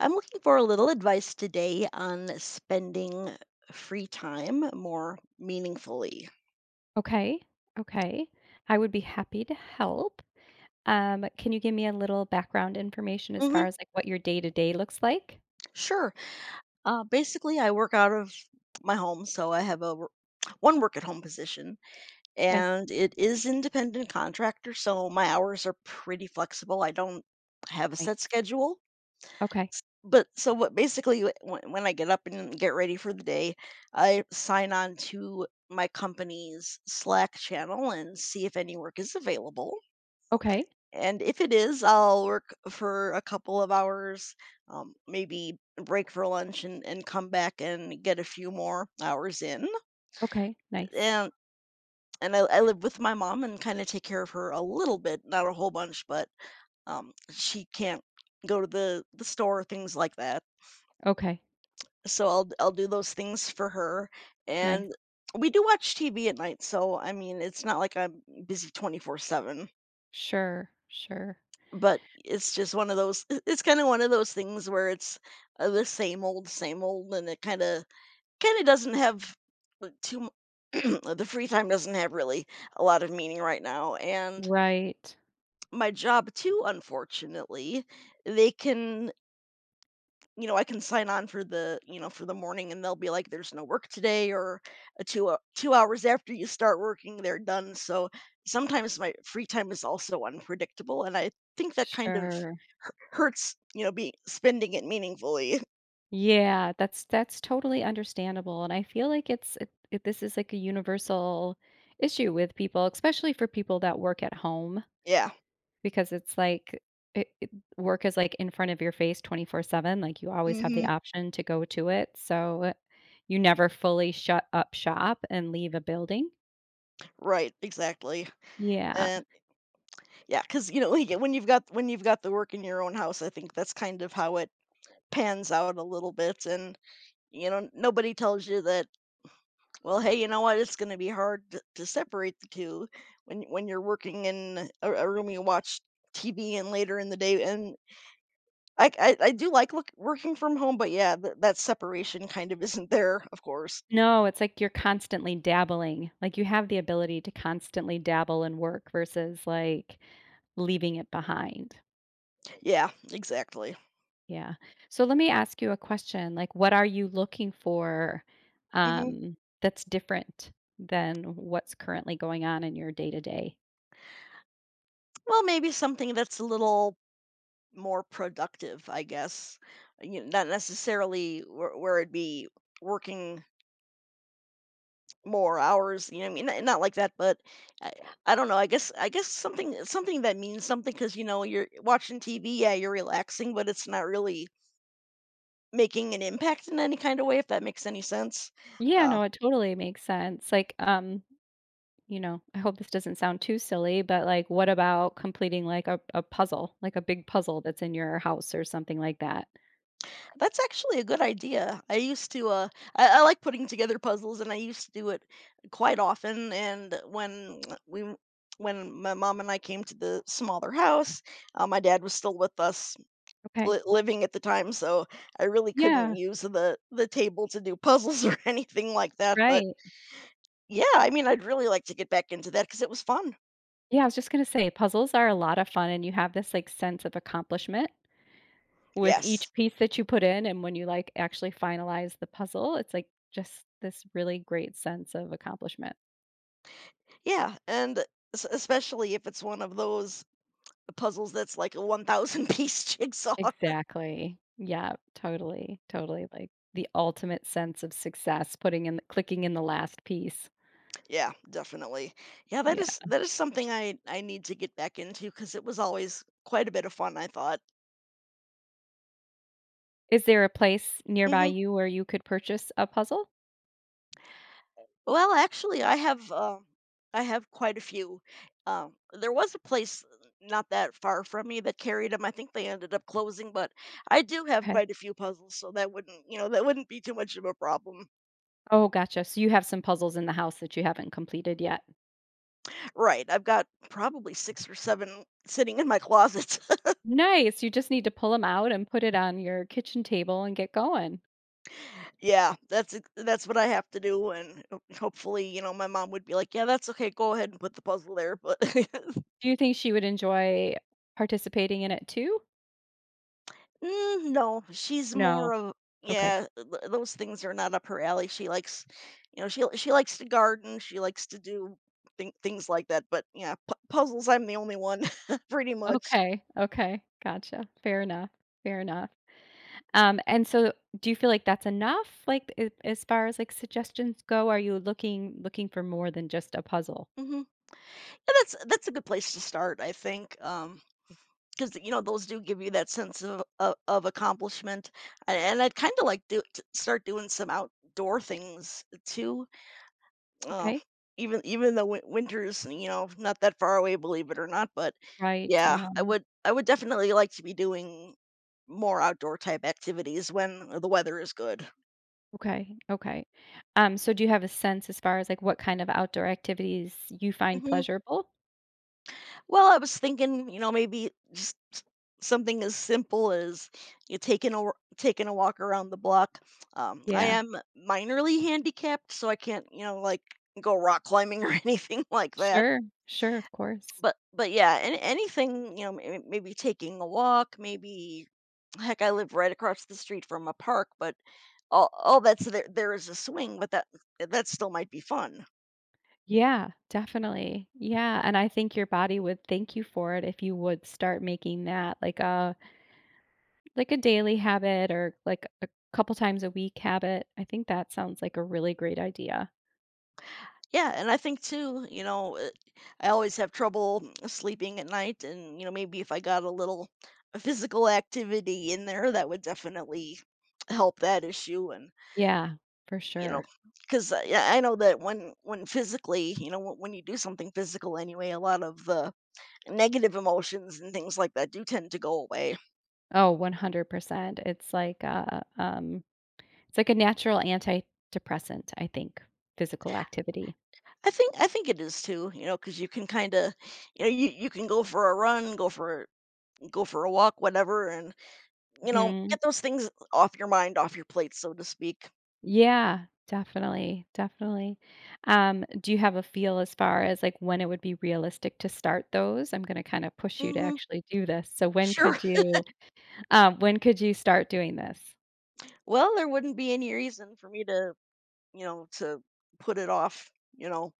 I'm looking for a little advice today on spending free time more meaningfully. Okay, okay. I would be happy to help. Can you give me a little background information as far hmm as like what your day to day looks like? Sure. Basically, I work out of my home, so I have a one work at home position, Okay, and it is independent contractor, so my hours are pretty flexible. I don't have a right. set schedule. Okay, But so what basically when I get up and get ready for the day, I sign on to my company's Slack channel and see if any work is available. okay, And if it is, I'll work for a couple of hours, maybe break for lunch and come back and get a few more hours in. okay. Nice. And and I live with my mom and kind of take care of her a little bit, not a whole bunch, but she can't go to the store, things like that. Okay, So I'll do those things for her. nice. And we do watch TV at night. So I mean, it's not like I'm busy 24/7. Sure, sure. But it's just one of those I it's kinda one of those things where it's the same old, and it kinda doesn't have, too mu the free time doesn't have really a lot of meaning right now. And Right. my job too, unfortunately, they can, you know, I can sign on for the, you know, for the morning and they'll be like, there's no work today, or a two hours after you start working, they're done. So sometimes my free time is also unpredictable. And I think that kind of Sure. hu- hurts, you know, be spending it meaningfully. Yeah, that's totally understandable, and I feel like this is like a universal issue with people, especially for people that work at home. Yeah. Because it's like it work is, like, in front of your face 24/7, like, you always have the hmm option to go to it, so you never fully shut up shop and leave a building. Right. Exactly. Yeah. And yeah, because, you know, like, when you've got the work in your own house, I think that's kind of how it pans out a little bit. And, you know, nobody tells you that, well, hey, you know what? It's going to be hard to separate the two when you're working in a room you watch TV and later in the day. And I do like look, working from home, but yeah, that separation kind of isn't there, of course. No, it's like you're constantly dabbling, like, you have the ability to constantly dabble and work versus, like, leaving it behind. Yeah, exactly. Yeah. So let me ask you a question, like, what are you looking for, hmm um, that's different than what's currently going on in your day-to-day? Well, maybe something that's a little more productive, I guess. You know, not necessarily where it'd be working more hours, you know what I mean? N not like that, but I I don't know, I guess something that means something, because you know, you're watching TV, yeah, you're relaxing, but it's not really making an impact in any kind of way, if that makes any sense. Yeah, Uh, no, it totally makes sense. Like, you know, I hope this doesn't sound too silly, but like, what about completing like a puzzle, like a big puzzle that's in your house or something like that? that's actually a good idea. I used to, I like putting together puzzles, and I used to do it quite often, and we when my mom and I came to the smaller house, my dad was still with us Okay. li living at the time, so I really couldn't Yeah, use the table to do puzzles or anything like that, but right. yeah, I mean, I'd really like to get back into that because it was fun. Yeah, I was just gonna say puzzles are a lot of fun and you have this like sense of accomplishment with each Yes. piece that you put in. And when you like actually finalize the puzzle, it's like just this really great sense of accomplishment. Yeah, and es especially if it's one of those puzzles that's like a 1,000 piece jigsaw. Exactly. Yeah, totally, totally, like, the ultimate sense of success, putting in clicking in the last piece. Yeah, definitely. Yeah, Yeah. That is something I need to get back into because it was always quite a bit of fun, I thought. Is there a place nearby Mhm. you where you could purchase a puzzle? Well, actually, I have quite a few. There was a place not that far from me that carried them. I think they ended up closing, but I do have Okay. quite a few puzzles, so that wouldn't, you know, that wouldn't be too much of a problem. Oh, gotcha, so you have some puzzles in the house that you haven't completed yet. Right, I've got probably six or seven sitting in my closet. Nice, you just need to pull them out and put it on your kitchen table and get going. Yeah, that's that's what I have to do, and hopefully, you know, my mom would be like, "Yeah, that's okay. Go ahead and put the puzzle there." But Do you think she would enjoy participating in it too? Mm, no, she's No. more of, Okay. yeah, those things are not up her alley. She likes, you know, she likes to garden. She likes to do things like that. But yeah, pu puzzles. I'm the only one, pretty much. Okay, okay, gotcha. Fair enough, fair enough. And so do you feel like that's enough? Like a as far as, like, suggestions go, are you looking for more than just a puzzle? And that's a good place to start, I think, because you know those do give you that sense of accomplishment. And I'd kind of like do to start doing some outdoor things too. Uh, Okay. even though winter's, you know, not that far away, believe it or not, but Right, I yeah, I know. would I would definitely like to be doing more outdoor type activities when the weather is good. Okay, okay. So do you have a sense as far as, like, what kind of outdoor activities you find Mhm. pleasurable? Well, I was thinking, you know, maybe just something as simple as you taking a wa- taking a walk around the block. I Yeah. am minorly handicapped, so I can't, you know, like go rock climbing or anything like that. Sure, sure, of course. But yeah, and anything, you know, maybe taking a walk, maybe heck, I live right across the street from a park, but all that's there is a swing, but that still might be fun. Yeah, definitely. Yeah, and I think your body would thank you for it if you would start making that, like, a like a daily habit or like a couple times a week habit. I think that sounds like a really great idea. Yeah, and I think too, you know, I always have trouble sleeping at night, and you know, maybe if I got a little physical activity in there, that would definitely help that issue. And Yeah, for you know, sure. because I know that when physically, you know, when you do something physical anyway, a lot of the negative emotions and things like that do tend to go away. Oh, 100%. It's like a natural antidepressant, I think, physical activity. I think it is too, you know, because you can kinda, you know, you can go for a run, go for go for a walk, whatever, and, you know, Mhm. get those things off your mind, off your plate, so to speak. Yeah, definitely, definitely. Do you have a feel as far as like when it would be realistic to start those? I'm going to kind of push you to Mhm. actually do this. So Sure. When could you start doing this? Well, there wouldn't be any reason for me to, you know, to put it off, you know?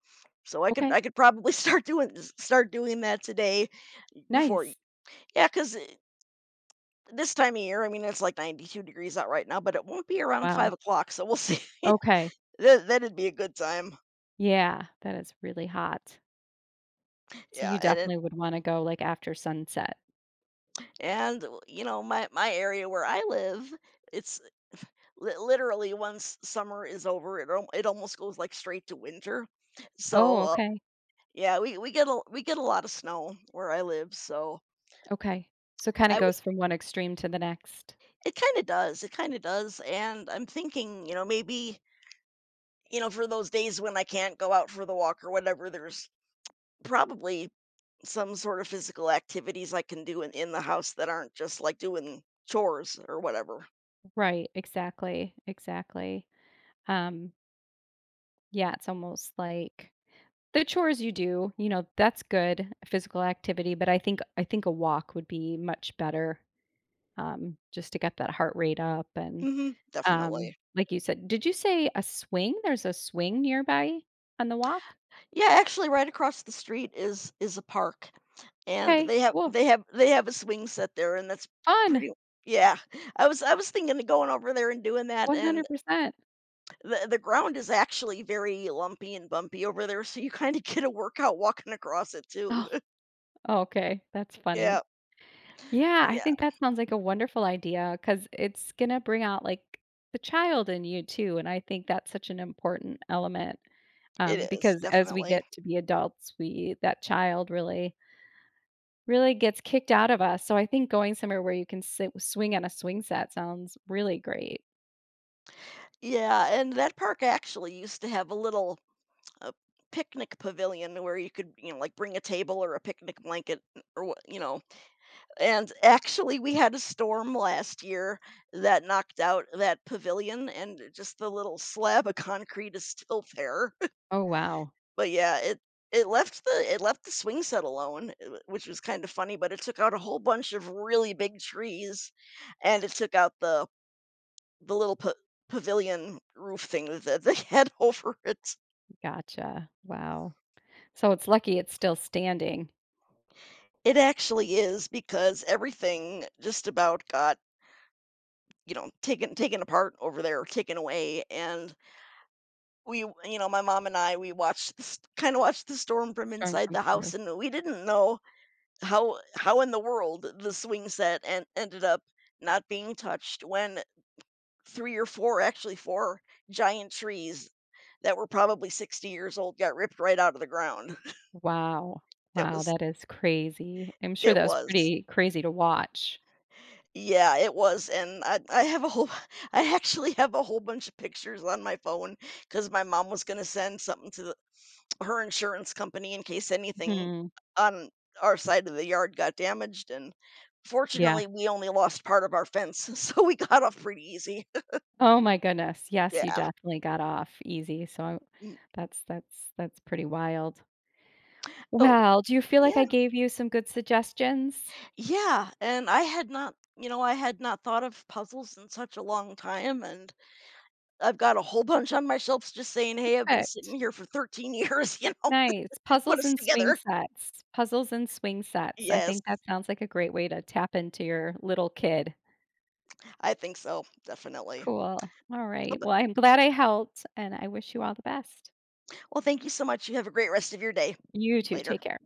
So I could Okay, I could probably start doing that today before y nice. Yeah, because this time of year, I mean, it's like 92 degrees out right now, but it won't be around Wow. 5 o'clock, so we'll see. Okay. That that'd be a good time. Yeah, that is really hot. So Yeah, you and it, definitely would wanna go, like, after sunset. and, w you know, my area where I live, it's li literally once summer is over, it al it almost goes, like, straight to winter. Oh, So, okay, yeah, we get a lot of snow where I live, so okay. So kinda I would, goes from one extreme to the next. It kinda does, and I'm thinking, you know, maybe, you know, for those days when I can't go out for the walk or whatever, there's probably some sort of physical activities I can do in the house that aren't just like doing chores or whatever. Right, exactly, exactly. Um, yeah, it's almost like the chores you do, you know, that's good, physical activity, but I think a walk would be much better, just to get that heart rate up and, Definitely. like you said did you say a swing? There's a swing nearby on the walk? Yeah, actually right across the street is a park and Okay, they have well, they have they have a swing set there and that's fun. pretty, yeah. I was thinking of going over there and doing that, and 100%. the ground is actually very lumpy and bumpy over there, so you kind of get a workout walking across it too. Oh, okay, that's funny. Yeah. Yeah, I Yeah, think that sounds like a wonderful idea because it's gonna bring out, like, the child in you too, and I think that's such an important element, it is, because as we definitely. get to be adults, we that child really gets kicked out of us, so I think going somewhere where you can sit swing on a swing set sounds really great. Yeah, and that park actually used to have a little a picnic pavilion where you could, you know, like bring a table or a picnic blanket or what, you know. And actually, we had a storm last year that knocked out that pavilion, and just the little slab of concrete is still there. Oh, wow. But yeah, it left the swing set alone, which was kind of funny. But it took out a whole bunch of really big trees, and it took out the the little pa- pavilion roof thing that they had over it. Gotcha. Wow. So it's lucky it's still standing. It actually is because everything just about got, you know, taken apart over there, taken away, and we, you know, my mom and I, we watched this, kind of watched the storm from Storm inside come the house, through. and we didn't know how in the world the swing set and ended up not being touched when three or four, actually four giant trees that were probably 60 years old got ripped right out of the ground. Wow. That Wow, was, that is crazy. I'm sure it that was was. pretty crazy to watch. Yeah, it was, and I have a whole I actually have a whole bunch of pictures on my phone because my mom was gonna send something to the, her insurance company in case anything Mhm. on our side of the yard got damaged, and Yeah. fortunately, we only lost part of our fence, so we got off pretty easy. Oh my goodness. Yes, you Yeah. definitely got off easy. So I Mm. that's pretty wild. Oh, Well, do you feel like I yeah. gave you some good suggestions? Yeah, and I had not, you know, I had not thought of puzzles in such a long time, and I've got a whole bunch on my shelves just saying, "Hey, I've been sitting Perfect. here for 13 years," you know? Nice. Put Puzzles us and swing together. sets. Puzzles and swing sets. I Yes, think that sounds like a great way to tap into your little kid. I think so, definitely. Cool. All Oh, right. but Well, I'm glad I helped and I wish you all the best. well, thank you so much. You have a great rest of your day. You too. Later. Take care.